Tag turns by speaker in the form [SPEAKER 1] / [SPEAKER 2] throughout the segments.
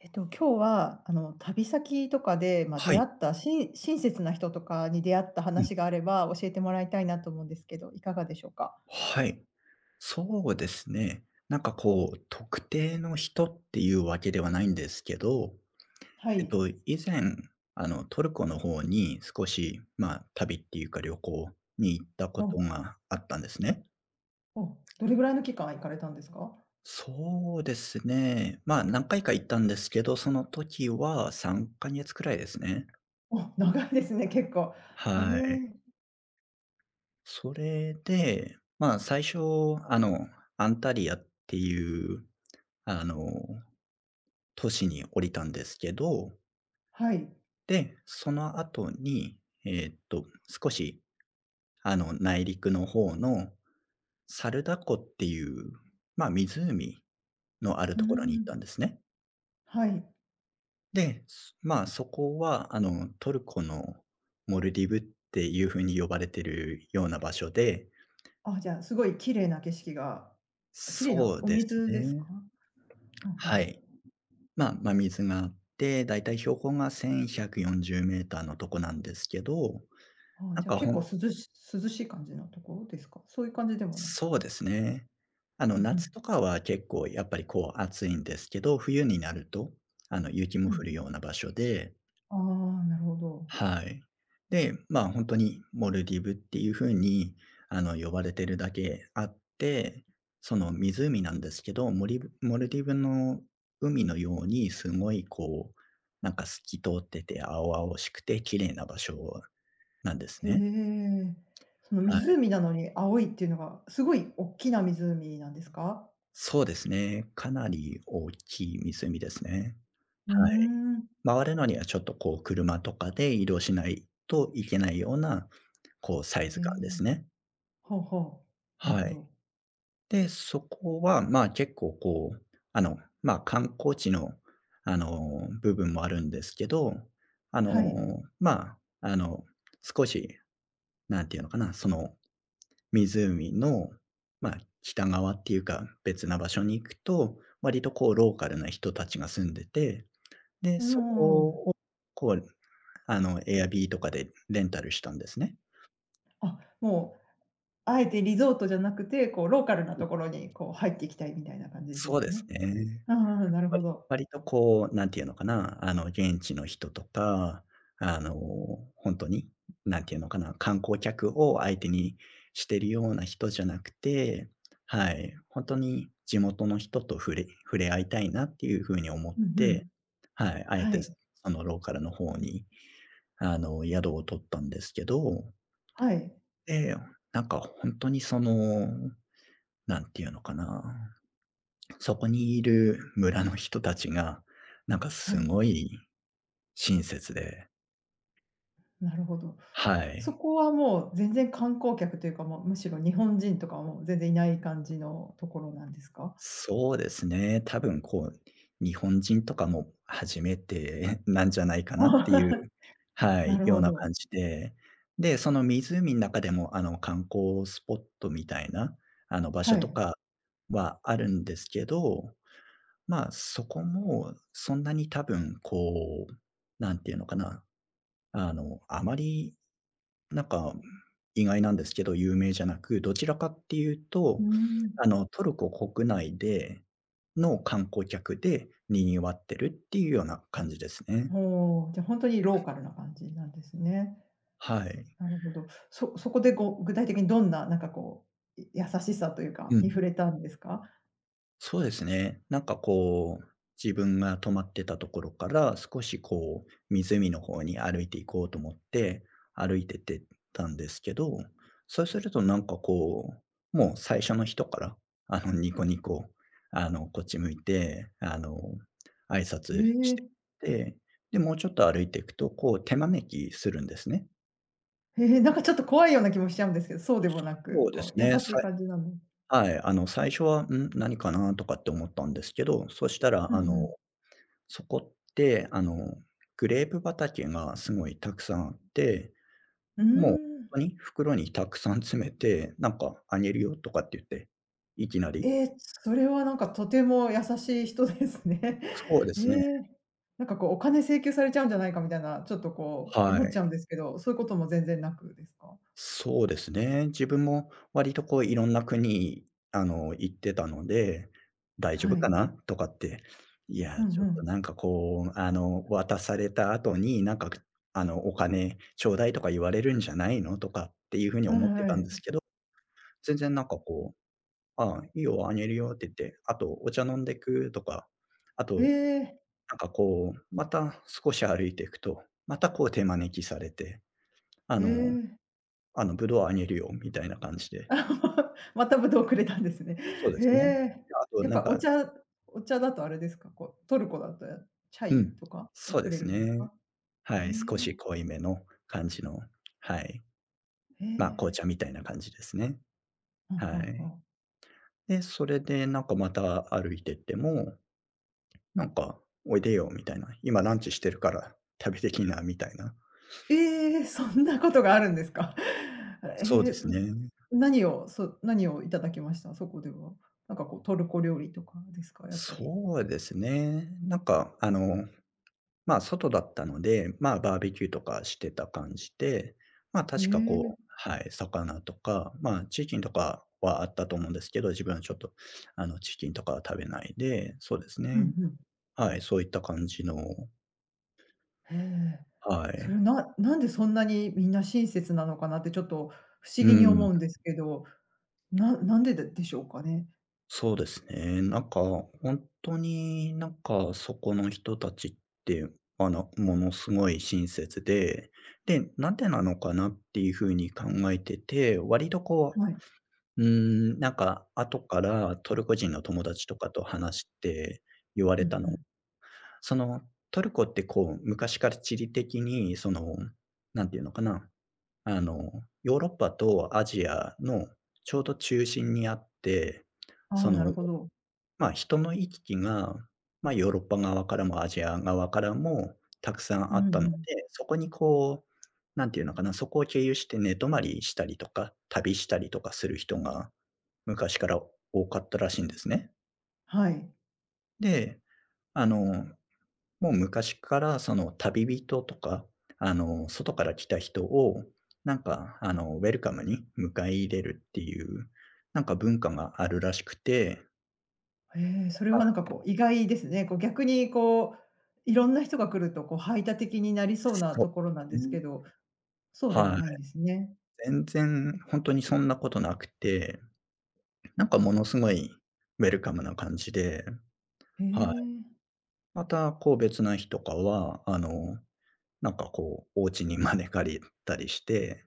[SPEAKER 1] 今日は、旅先とかで、
[SPEAKER 2] は
[SPEAKER 1] 出
[SPEAKER 2] い。
[SPEAKER 1] 会った、し親切な人とかに出会った
[SPEAKER 2] うん。
[SPEAKER 1] 話があれば、教えてもらいたいなと思うんですけど、いかがでしょうか？
[SPEAKER 2] はい。そうですね。なんかこう、特定の人っていうわけではないんですけど、
[SPEAKER 1] はい。
[SPEAKER 2] 以前、トルコの方に少し、まあ、旅っていうか旅行に行ったこと
[SPEAKER 1] お
[SPEAKER 2] があったんですね。
[SPEAKER 1] おどれぐらいの期間行かれたんですか？
[SPEAKER 2] そうですね。まあ、何回か行ったんですけど、その時は3ヶ月くらいですね。
[SPEAKER 1] お長いですね、結構。へえ
[SPEAKER 2] はい。
[SPEAKER 1] ー、
[SPEAKER 2] それで、まあ、最初、あの、アンタリアっていう、あの都市に降りたんですけど、
[SPEAKER 1] はい。
[SPEAKER 2] で、その後に、えーっと、少し、内陸の方のサルダ湖っていう、まあ、湖のある
[SPEAKER 1] うー
[SPEAKER 2] ところに行った
[SPEAKER 1] ん、
[SPEAKER 2] んですね。
[SPEAKER 1] はい。
[SPEAKER 2] で、まあ、そこは、トルコのモルディブっていう風に呼ばれてるような場所で、
[SPEAKER 1] あ、じゃあ、すごい綺麗な景色が綺麗
[SPEAKER 2] そ
[SPEAKER 1] な
[SPEAKER 2] う
[SPEAKER 1] お
[SPEAKER 2] です
[SPEAKER 1] 水ですか？
[SPEAKER 2] ね。
[SPEAKER 1] はん
[SPEAKER 2] は
[SPEAKER 1] は。
[SPEAKER 2] い。まあ、真水があって、だいたい標高が1140メーターのとこなんですけど、
[SPEAKER 1] ああ、
[SPEAKER 2] な
[SPEAKER 1] じ
[SPEAKER 2] ん
[SPEAKER 1] ゃあ、
[SPEAKER 2] か
[SPEAKER 1] 結
[SPEAKER 2] ほ
[SPEAKER 1] 構
[SPEAKER 2] ん
[SPEAKER 1] 涼し涼しい感じのところですか？そういう感じでもなく。
[SPEAKER 2] そうですね。
[SPEAKER 1] うんう
[SPEAKER 2] 夏
[SPEAKER 1] ん。
[SPEAKER 2] とかは結構やっぱりこう暑いんですけど、冬になると、雪も
[SPEAKER 1] う
[SPEAKER 2] 降
[SPEAKER 1] ん。
[SPEAKER 2] るような場所で、
[SPEAKER 1] ああ、なるほど。
[SPEAKER 2] はい。で、まあ、本当にモルディブっていう風に、呼ばれてるだけあって、その湖なんですけど、モルディブの海のようにすごいこう、なんか透き通ってて青々しくて綺麗な場所なんです
[SPEAKER 1] へ
[SPEAKER 2] ね。
[SPEAKER 1] え。その
[SPEAKER 2] はい。
[SPEAKER 1] 湖なのに青いっていうのが、すごいおっきな湖なんですか？
[SPEAKER 2] そうですね。かなり大きい湖ですね。
[SPEAKER 1] うー
[SPEAKER 2] はい。
[SPEAKER 1] ん。
[SPEAKER 2] 回るのにはちょっとこう車とかで移動しないといけないような、こうサイズ
[SPEAKER 1] へ
[SPEAKER 2] 感で
[SPEAKER 1] え。
[SPEAKER 2] すね。
[SPEAKER 1] ほうほう。なるほ
[SPEAKER 2] はい。
[SPEAKER 1] ど。
[SPEAKER 2] で、そこは、まあ、結構こう、まあ、観光地の、部分もあるんですけど、あ
[SPEAKER 1] はい。
[SPEAKER 2] の、まあ、あの、少し、なんていうのかな、その湖の、まあ、北側っていうか、別な場所に行くと、割とこうローカルな人たちが住んでて、で、
[SPEAKER 1] う
[SPEAKER 2] そ
[SPEAKER 1] んう
[SPEAKER 2] こ
[SPEAKER 1] ん。
[SPEAKER 2] をこう、エアビーとかでレンタルしたんですね。
[SPEAKER 1] あ、もう、あえてリゾートじゃなくて、こうローカルな
[SPEAKER 2] うん、
[SPEAKER 1] ところに、こう入っていきたいみたいな感じで
[SPEAKER 2] そう
[SPEAKER 1] す
[SPEAKER 2] です
[SPEAKER 1] ね。
[SPEAKER 2] ね。
[SPEAKER 1] ああ、なるほど。
[SPEAKER 2] 割とこう、なんていうのかな、現地の人とか、あの、ほんとに、なんていうのかな、観光客を相手にしてるような人じゃなくて、はい、ほんとに地元の人と触れ合いたいなっていう風に思っ
[SPEAKER 1] うんう
[SPEAKER 2] て、
[SPEAKER 1] ん。
[SPEAKER 2] はい、あえ
[SPEAKER 1] は
[SPEAKER 2] て、そ
[SPEAKER 1] い。
[SPEAKER 2] のローカルの方に、宿を取ったんですけど、
[SPEAKER 1] はい。
[SPEAKER 2] で、なんかほんとにその、なんていうのかな、そこにいる村の人たちが、なんかす
[SPEAKER 1] はい。
[SPEAKER 2] ごい親切で、
[SPEAKER 1] なるほど。
[SPEAKER 2] は
[SPEAKER 1] そ
[SPEAKER 2] い。
[SPEAKER 1] こはもう全然観光客というか、もうむしろ日本人とかはもう全然いない感じのところなんですか？
[SPEAKER 2] そうですね、多分こう、日本人とかも初めて なんじゃないかなっていう、は
[SPEAKER 1] な
[SPEAKER 2] い、
[SPEAKER 1] る
[SPEAKER 2] よう
[SPEAKER 1] ほ
[SPEAKER 2] な
[SPEAKER 1] ど。
[SPEAKER 2] 感じで。で、その湖の中でも、観光スポットみたいな、場所
[SPEAKER 1] は
[SPEAKER 2] と
[SPEAKER 1] い。
[SPEAKER 2] かはあるんですけど、まあ、そこもそんなに多分こう、なんていうのかな、あまりなんか、意外なんですけど、有名じゃなく、どちらかっていう
[SPEAKER 1] うー
[SPEAKER 2] と、
[SPEAKER 1] ん。
[SPEAKER 2] トルコ国内での観光客で賑わってるっていうような感じですね。
[SPEAKER 1] おお、じゃ、あ本当にローカルな感じなんですね。
[SPEAKER 2] はい。
[SPEAKER 1] なるほど。そこでこう、具体的にどんな、なんかこう、優しさという
[SPEAKER 2] う
[SPEAKER 1] かに
[SPEAKER 2] ん、
[SPEAKER 1] 触れたんですか？
[SPEAKER 2] そうですね。なんかこう、自分が止まってたところから少しこう、湖の方に歩いていこうと思って、歩いてってたんですけど、そうするとなんかこう、もう最初の人から、ニコニコ、こっち向いて、挨
[SPEAKER 1] え
[SPEAKER 2] 拶して
[SPEAKER 1] え、
[SPEAKER 2] て、で、もうちょっと歩いていくと、こう、手招きするんですね。
[SPEAKER 1] ええ、なんかちょっと怖いような気もしちゃうんですけど、そうでもな
[SPEAKER 2] そ
[SPEAKER 1] く、
[SPEAKER 2] うです
[SPEAKER 1] こう優し
[SPEAKER 2] ね。
[SPEAKER 1] い感じなの。
[SPEAKER 2] はい、最初は、何かなとかって思ったんですけど、そしたら
[SPEAKER 1] うんうん。
[SPEAKER 2] そこって、グレープ畑がすごいたくさんあって、
[SPEAKER 1] うー
[SPEAKER 2] もう
[SPEAKER 1] ん。
[SPEAKER 2] ほんとに袋にたくさん詰めて、なんか「あげるよ」とかって言って、いきなり
[SPEAKER 1] ええ、それはなんかとても優しい人ですね。
[SPEAKER 2] そうで
[SPEAKER 1] え
[SPEAKER 2] すね。
[SPEAKER 1] え。なんかこうお金請求されちゃうんじゃないかみたいな、ちょっとこう
[SPEAKER 2] は
[SPEAKER 1] 思っち
[SPEAKER 2] い。
[SPEAKER 1] ゃうんですけど、そういうことも全然なくですか？
[SPEAKER 2] そうですね。自分も割とこういろんな国、行ってたので、「大丈夫
[SPEAKER 1] は
[SPEAKER 2] か
[SPEAKER 1] い。
[SPEAKER 2] な？」とかって、「い
[SPEAKER 1] う
[SPEAKER 2] や、ち
[SPEAKER 1] ん
[SPEAKER 2] ょ
[SPEAKER 1] う
[SPEAKER 2] っと
[SPEAKER 1] ん。
[SPEAKER 2] なんかこう、渡された後になんか、「お金ちょうだい」とか言われるんじゃないの？」とかっていう風に
[SPEAKER 1] は
[SPEAKER 2] 思って
[SPEAKER 1] い
[SPEAKER 2] た
[SPEAKER 1] は
[SPEAKER 2] ん
[SPEAKER 1] い。
[SPEAKER 2] ですけど、全然なんかこう、ああ、いいよ、あげるよって言って、あとお茶飲んでくとか、あ
[SPEAKER 1] え
[SPEAKER 2] と、
[SPEAKER 1] え、
[SPEAKER 2] なんかこう、また少し歩いていくと、またこう手招きされて、あ
[SPEAKER 1] え
[SPEAKER 2] の、
[SPEAKER 1] え。
[SPEAKER 2] ぶどうあげるよみたいな感じで。
[SPEAKER 1] あ またぶどうくれたんですね。
[SPEAKER 2] そうで
[SPEAKER 1] へ
[SPEAKER 2] すね。で、
[SPEAKER 1] え。
[SPEAKER 2] あと
[SPEAKER 1] やっ
[SPEAKER 2] なん
[SPEAKER 1] ぱお
[SPEAKER 2] か、
[SPEAKER 1] 茶お茶だとあれですか、こう、トルコだとチャ
[SPEAKER 2] う
[SPEAKER 1] イ
[SPEAKER 2] ん、
[SPEAKER 1] とか
[SPEAKER 2] そう
[SPEAKER 1] く
[SPEAKER 2] で
[SPEAKER 1] れ
[SPEAKER 2] す
[SPEAKER 1] るんです
[SPEAKER 2] ね。
[SPEAKER 1] か？ええ、
[SPEAKER 2] はい、少し濃いめの感じの、はい、
[SPEAKER 1] え
[SPEAKER 2] 紅
[SPEAKER 1] え。
[SPEAKER 2] 茶みたいな感じですね。
[SPEAKER 1] は
[SPEAKER 2] は
[SPEAKER 1] は
[SPEAKER 2] い。
[SPEAKER 1] は
[SPEAKER 2] で、それでなんかまた歩いてっても、なんか、おいでよみたいな、今ランチしてるから食べてきなみたいな。
[SPEAKER 1] ええ、そんなことがあるんですか？え
[SPEAKER 2] そう
[SPEAKER 1] え、
[SPEAKER 2] です
[SPEAKER 1] ん、
[SPEAKER 2] ね。
[SPEAKER 1] 何をいただきました？そこでは。なんかこうトルコ料理とかですか？やっぱり。
[SPEAKER 2] そうですね。なんか、外だったので、バーベキューとかしてた感じで、
[SPEAKER 1] へ
[SPEAKER 2] 確かこう、
[SPEAKER 1] え。
[SPEAKER 2] はい、魚とか、チキンとかはあったと思うんですけど、自分はちょっと、チキンとかは食べないで、そうです
[SPEAKER 1] う
[SPEAKER 2] ね。
[SPEAKER 1] んうん。
[SPEAKER 2] はい、そういった感じの、
[SPEAKER 1] へえ。
[SPEAKER 2] は
[SPEAKER 1] それ
[SPEAKER 2] い。
[SPEAKER 1] ななんでそんなにみんな親切なのかなってちょっと不思
[SPEAKER 2] う
[SPEAKER 1] 議に
[SPEAKER 2] ん、
[SPEAKER 1] 思うんですけど、なんででしょうかね？
[SPEAKER 2] そうですね。なんか、本当になんか、そこの人たちって、ものすごい親切で、で、なんでなのかなっていうふうに考えてて、割とこ
[SPEAKER 1] はい。
[SPEAKER 2] う、うーん、なんか後からトルコ人の友達とかと話して言わ
[SPEAKER 1] うん
[SPEAKER 2] れ
[SPEAKER 1] う
[SPEAKER 2] たの、
[SPEAKER 1] ん。
[SPEAKER 2] その、トルコってこう、昔から地理的にその、なんていうのかな、あの、ヨーロッパとアジアのちょうど中心にあって、
[SPEAKER 1] あ
[SPEAKER 2] そ
[SPEAKER 1] あ、なる
[SPEAKER 2] の、
[SPEAKER 1] ほど。
[SPEAKER 2] まあ、人の行き来が、まあ、ヨーロッパ側からもアジア側からもたくさん
[SPEAKER 1] う
[SPEAKER 2] あっ
[SPEAKER 1] んう
[SPEAKER 2] たので、
[SPEAKER 1] ん。
[SPEAKER 2] そこにこう、なんていうのかな、そこを経由して寝泊まりしたりとか、旅したりとかする人が昔から多かったらしいんですね。
[SPEAKER 1] はい。
[SPEAKER 2] で、あの、もう昔からその旅人とか、外から来た人を、なんか、ウェルカムに迎え入れるっていう、なんか文化があるらしくて、
[SPEAKER 1] へえ、それ
[SPEAKER 2] はい、
[SPEAKER 1] はなんかこう意外ですね。こう逆にこう、いろんな人が来るとこう排他的になりそうな
[SPEAKER 2] そう。
[SPEAKER 1] ところなんですけど、そうでも
[SPEAKER 2] は
[SPEAKER 1] な
[SPEAKER 2] い。
[SPEAKER 1] いんですね。
[SPEAKER 2] 全然本当にそんなことなくて、なんかものすごいウェルカムな感じで、
[SPEAKER 1] へ
[SPEAKER 2] はい。
[SPEAKER 1] え。
[SPEAKER 2] また、こう、別な日とかは、なんか、こう、お家に招かれたりして、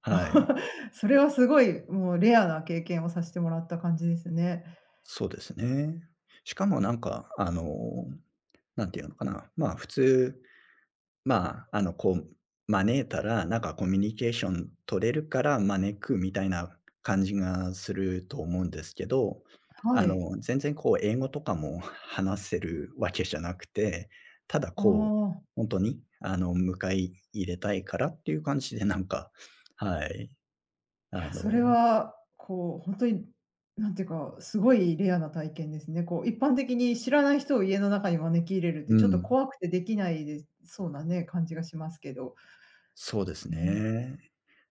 [SPEAKER 2] はい、
[SPEAKER 1] それはすごいもうレアな経験をさせてもらった感じですね。
[SPEAKER 2] そうですね。しかもなんか、なんていうのかな、まあ、まあ、招いたら、なんかコミュニケーション取れるから招くみたいな感じがすると思うんですけど、
[SPEAKER 1] はい。
[SPEAKER 2] 全然こう英語とかも 話せるわけじゃなくて、ただ
[SPEAKER 1] あ
[SPEAKER 2] こう、
[SPEAKER 1] あ。
[SPEAKER 2] 本当に迎え入れたいからっていう感じでなんか、はい、
[SPEAKER 1] い
[SPEAKER 2] あ
[SPEAKER 1] や、それ
[SPEAKER 2] の
[SPEAKER 1] は、こう、本当に、なんていうか、すごいレアな体験ですね。こう、一般的に知らない人を家の中に招き入れるっ
[SPEAKER 2] う
[SPEAKER 1] て、ちょっと
[SPEAKER 2] ん、
[SPEAKER 1] 怖くてできないでそうなね、感じがしますけど。
[SPEAKER 2] そうです
[SPEAKER 1] ええ。
[SPEAKER 2] ね。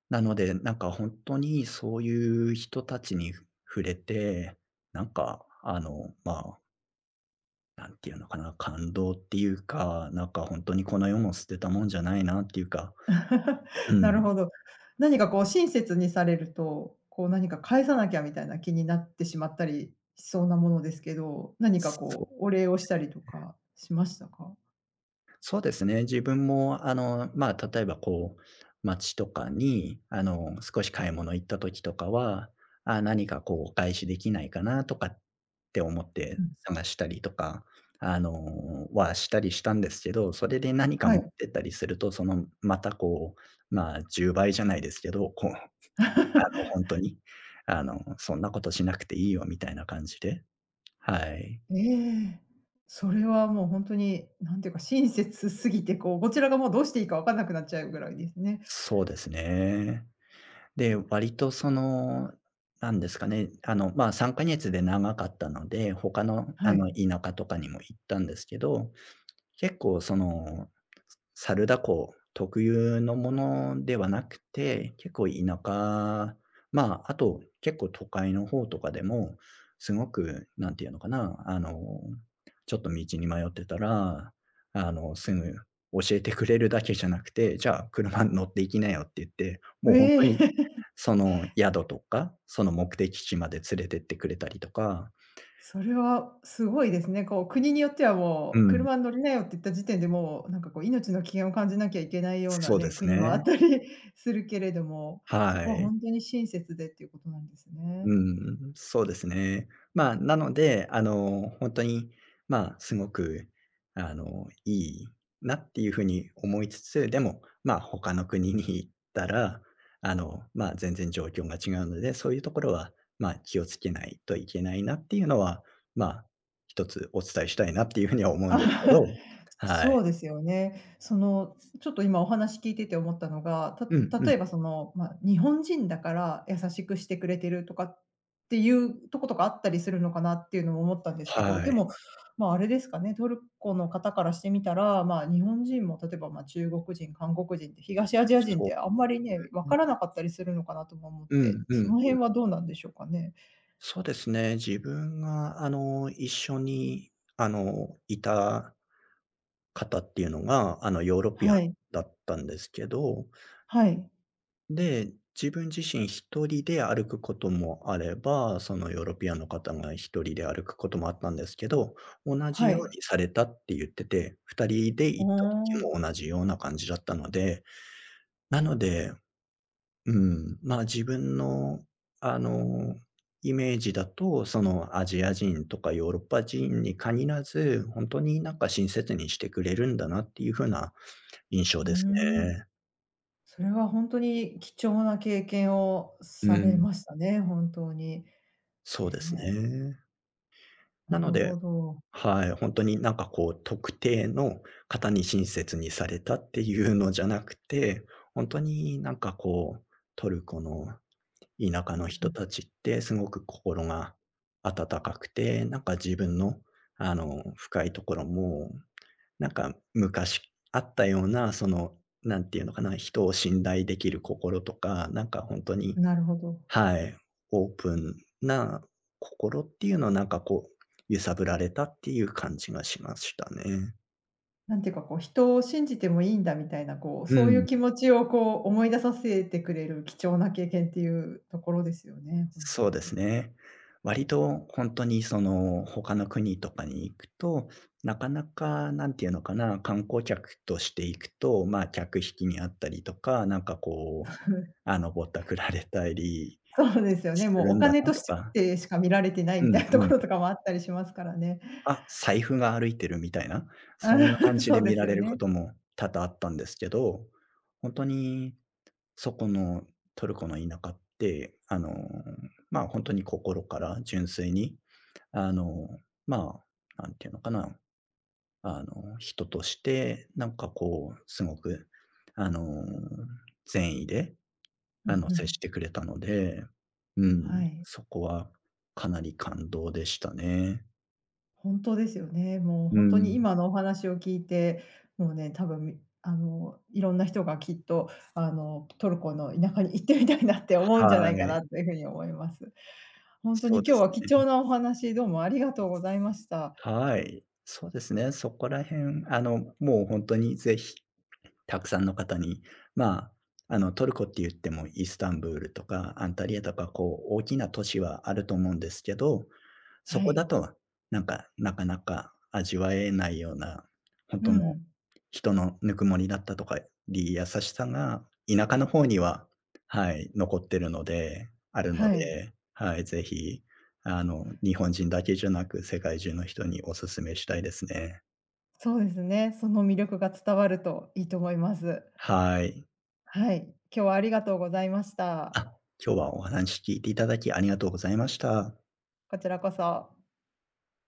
[SPEAKER 2] なので、なんか本当にそういう人たちに触れて、なんかまあ、なんていうのかな、感動っていうか、なんかほんとにこの世も捨てたもんじゃないなっていうか、う
[SPEAKER 1] なる
[SPEAKER 2] ん。
[SPEAKER 1] ほど。何かこう親切にされると、こう何か返さなきゃみたいな気になってしまったりしそうなものですけど、何か
[SPEAKER 2] そう、
[SPEAKER 1] こうお礼をしたりとかしましたか？
[SPEAKER 2] そうですね。自分もまあ、例えばこう、街とかに少し買い物行った時とかは、あ、何かこうお返しできないかなとかって思って
[SPEAKER 1] うん。
[SPEAKER 2] 探したりとか、したりしたんですけど、それで何か
[SPEAKER 1] は
[SPEAKER 2] 持っ
[SPEAKER 1] い。
[SPEAKER 2] てったりすると、そのまたこう、まあ、10倍じゃないですけど、こう、ほんとに、そんなことしなくていいよみたいな感じで、はい。
[SPEAKER 1] ええ。それはもう本当に、なんていうか、親切すぎて、こう、こちらがもうどうしていいか分かんなくなっちゃうぐらいですね。
[SPEAKER 2] そうですね。で、割とその、なんですかね、3か月で長かったので、他の
[SPEAKER 1] はい。
[SPEAKER 2] 田舎とかにも行ったんですけど、結構そのサルダコ特有のものではなくて、結構田舎、まあ、あと結構都会の方とかでも、すごく、なんていうのかな、ちょっと道に迷ってたら、すぐ教えてくれるだけじゃなくて、じゃあ車に乗って行きなよって言って、もう本当
[SPEAKER 1] え
[SPEAKER 2] に、
[SPEAKER 1] え。
[SPEAKER 2] その宿とか、その目的地まで連れてってくれたりとか。
[SPEAKER 1] それはすごいですね。こう、国によっては
[SPEAKER 2] う
[SPEAKER 1] もう、
[SPEAKER 2] ん、
[SPEAKER 1] 車に乗りなよって言った時点で、もうなんかこう、命の危険を感じなきゃいけないような
[SPEAKER 2] そうで
[SPEAKER 1] ね、
[SPEAKER 2] す
[SPEAKER 1] 国もあ
[SPEAKER 2] ね。
[SPEAKER 1] ったりするけれども、そ
[SPEAKER 2] は
[SPEAKER 1] こは
[SPEAKER 2] い。
[SPEAKER 1] 本当に親切でっていうことなんです
[SPEAKER 2] う
[SPEAKER 1] ね。
[SPEAKER 2] ん、そうですね。まあ、なので、本当に、まあ、すごく、いいなっていうふうに思いつつ、でも、まあ、他の国に行ったら、まあ、全然状況が違うので、そういうところは、まあ、気をつけないといけないなっていうのは、まあ、一つお伝えしたいなっていうふうには思 うんですけ
[SPEAKER 1] あ、
[SPEAKER 2] ど、はい。
[SPEAKER 1] そうですよね。その、ちょっと今お話聞いてて思ったのが、
[SPEAKER 2] うんうん。
[SPEAKER 1] 例えばその、まあ、日本人だから優しくしてくれてるとかっていうとことかあったりするのかなっていうのも思ったんですけ
[SPEAKER 2] は
[SPEAKER 1] ど、で
[SPEAKER 2] い。
[SPEAKER 1] も、まあ、あれですかね、トルコの方からしてみたら、まあ、日本人も例えば、まあ、中国人、韓国人って東アジア人っ
[SPEAKER 2] そう。
[SPEAKER 1] てあんまりね、分からなかったりするのかなとも思っ
[SPEAKER 2] う
[SPEAKER 1] て、
[SPEAKER 2] んう
[SPEAKER 1] その
[SPEAKER 2] ん。
[SPEAKER 1] 辺はどうなんでしょうかね？
[SPEAKER 2] そうですね。自分が、一緒に、いた方っていうのが、ヨーロピアン
[SPEAKER 1] はい。
[SPEAKER 2] だったんですけど、
[SPEAKER 1] はい。
[SPEAKER 2] で、自分自身一人で歩くこともあれば、そのヨーロピアンの方が一人で歩くこともあったんですけど、同じ
[SPEAKER 1] は
[SPEAKER 2] よう
[SPEAKER 1] い。
[SPEAKER 2] にされたって言ってて、2人で
[SPEAKER 1] あ
[SPEAKER 2] 行った時も
[SPEAKER 1] あ、
[SPEAKER 2] 同じような感じだったので、なので、うん、まあ、自分の、あの、イメージだと、その、アジア人とかヨーロッパ人に限らず、ほんとになんか親切にしてくれるんだなっていう風な印象
[SPEAKER 1] うー
[SPEAKER 2] です
[SPEAKER 1] ん。
[SPEAKER 2] ね。
[SPEAKER 1] それは本当に貴重な経験を
[SPEAKER 2] う
[SPEAKER 1] され
[SPEAKER 2] ん。
[SPEAKER 1] ましたね、本当に。
[SPEAKER 2] そうです
[SPEAKER 1] ね
[SPEAKER 2] ね。
[SPEAKER 1] え、
[SPEAKER 2] な
[SPEAKER 1] な
[SPEAKER 2] の
[SPEAKER 1] る
[SPEAKER 2] で、
[SPEAKER 1] ほど。
[SPEAKER 2] はい、ほんとになんかこう特定の方に親切にされたっていうのじゃなくて、ほんとになんかこう、トルコの田舎
[SPEAKER 1] う
[SPEAKER 2] の
[SPEAKER 1] んう
[SPEAKER 2] 人
[SPEAKER 1] ん。
[SPEAKER 2] たちってすごく心が温かくて、なんか自分の、深いところも、なんか昔あったような、その、なんていうのかな、人を信頼できる心とか、なんか本当に
[SPEAKER 1] なるほど。
[SPEAKER 2] はい、オープンな心っていうのはなんかこう、揺さぶられたっていう感じがしましたね。
[SPEAKER 1] なんていうかこう、人を信じてもいいんだみたいな、こう、
[SPEAKER 2] う
[SPEAKER 1] そういう気
[SPEAKER 2] ん。
[SPEAKER 1] 持ちをこう思い出させてくれる貴重な経験っていうところですよね、本当
[SPEAKER 2] そうです
[SPEAKER 1] に。
[SPEAKER 2] ね。割と本当にその、他の国とかに行くと、なかなかなんていうのかな、観光客として行くと、まあ、客引きにあったりとか、なんかこう、ぼったくられたり
[SPEAKER 1] そうですよね、
[SPEAKER 2] す
[SPEAKER 1] もう
[SPEAKER 2] る
[SPEAKER 1] お
[SPEAKER 2] んだ
[SPEAKER 1] 金
[SPEAKER 2] な
[SPEAKER 1] と
[SPEAKER 2] と
[SPEAKER 1] し
[SPEAKER 2] か。
[SPEAKER 1] てしか見られてない
[SPEAKER 2] う
[SPEAKER 1] みた
[SPEAKER 2] ん
[SPEAKER 1] いなと
[SPEAKER 2] う
[SPEAKER 1] こ
[SPEAKER 2] ん。
[SPEAKER 1] ろとかもあったりしますからね。
[SPEAKER 2] あ、財布が歩いてるみたいな、そんな感
[SPEAKER 1] あ、
[SPEAKER 2] じ
[SPEAKER 1] そ
[SPEAKER 2] で
[SPEAKER 1] うで
[SPEAKER 2] 見
[SPEAKER 1] す
[SPEAKER 2] られ
[SPEAKER 1] よ
[SPEAKER 2] るこ
[SPEAKER 1] ね。
[SPEAKER 2] とも多々あったんですけど、本当にそこのトルコの田舎って、まあ、本当に心から純粋に、あの、まあ、なんていうのかな、人として、なんかこう、すごく、あの、善意で、
[SPEAKER 1] うんう
[SPEAKER 2] 接
[SPEAKER 1] ん。
[SPEAKER 2] してくれたので、う
[SPEAKER 1] は
[SPEAKER 2] ん、
[SPEAKER 1] い。
[SPEAKER 2] そこはかなり感動でしたね。
[SPEAKER 1] 本当ですよね。もう
[SPEAKER 2] う
[SPEAKER 1] 本当に
[SPEAKER 2] ん、
[SPEAKER 1] 今のお話を聞いて、もうね、多分、あの、いろんな人がきっと、あの、トルコの田舎に行ってみたいなって思うんじゃ
[SPEAKER 2] は
[SPEAKER 1] ないか
[SPEAKER 2] い、
[SPEAKER 1] なというふうに思います。本当
[SPEAKER 2] そ
[SPEAKER 1] に
[SPEAKER 2] うで
[SPEAKER 1] 今日
[SPEAKER 2] す
[SPEAKER 1] は貴
[SPEAKER 2] ね。
[SPEAKER 1] 重なお話、どうもありがとうございました。
[SPEAKER 2] はい。そうですね、そこら辺、もう本当にぜひ、たくさんの方に、まあ、トルコって言ってもイスタンブールとかアンタリアとか、こう、大きな都市はあると思うんですけど、そ
[SPEAKER 1] は
[SPEAKER 2] こだ
[SPEAKER 1] い。
[SPEAKER 2] と、なんか、なかなか味わえないような、本
[SPEAKER 1] う
[SPEAKER 2] 当の
[SPEAKER 1] ん。
[SPEAKER 2] 人のぬくもりだったとか、り優しさが田舎の方には、はい、残ってるのであるの
[SPEAKER 1] はい。
[SPEAKER 2] で、はい、ぜひ、日本人だけじゃなく、世界中の人にお勧めしたいですね。
[SPEAKER 1] そうですね。その魅力が伝わるといいと思います。
[SPEAKER 2] はい。
[SPEAKER 1] はい。今日はありがとうございました。
[SPEAKER 2] あ、今日はお話聞いていただきありがとうございました。
[SPEAKER 1] こちらこそ。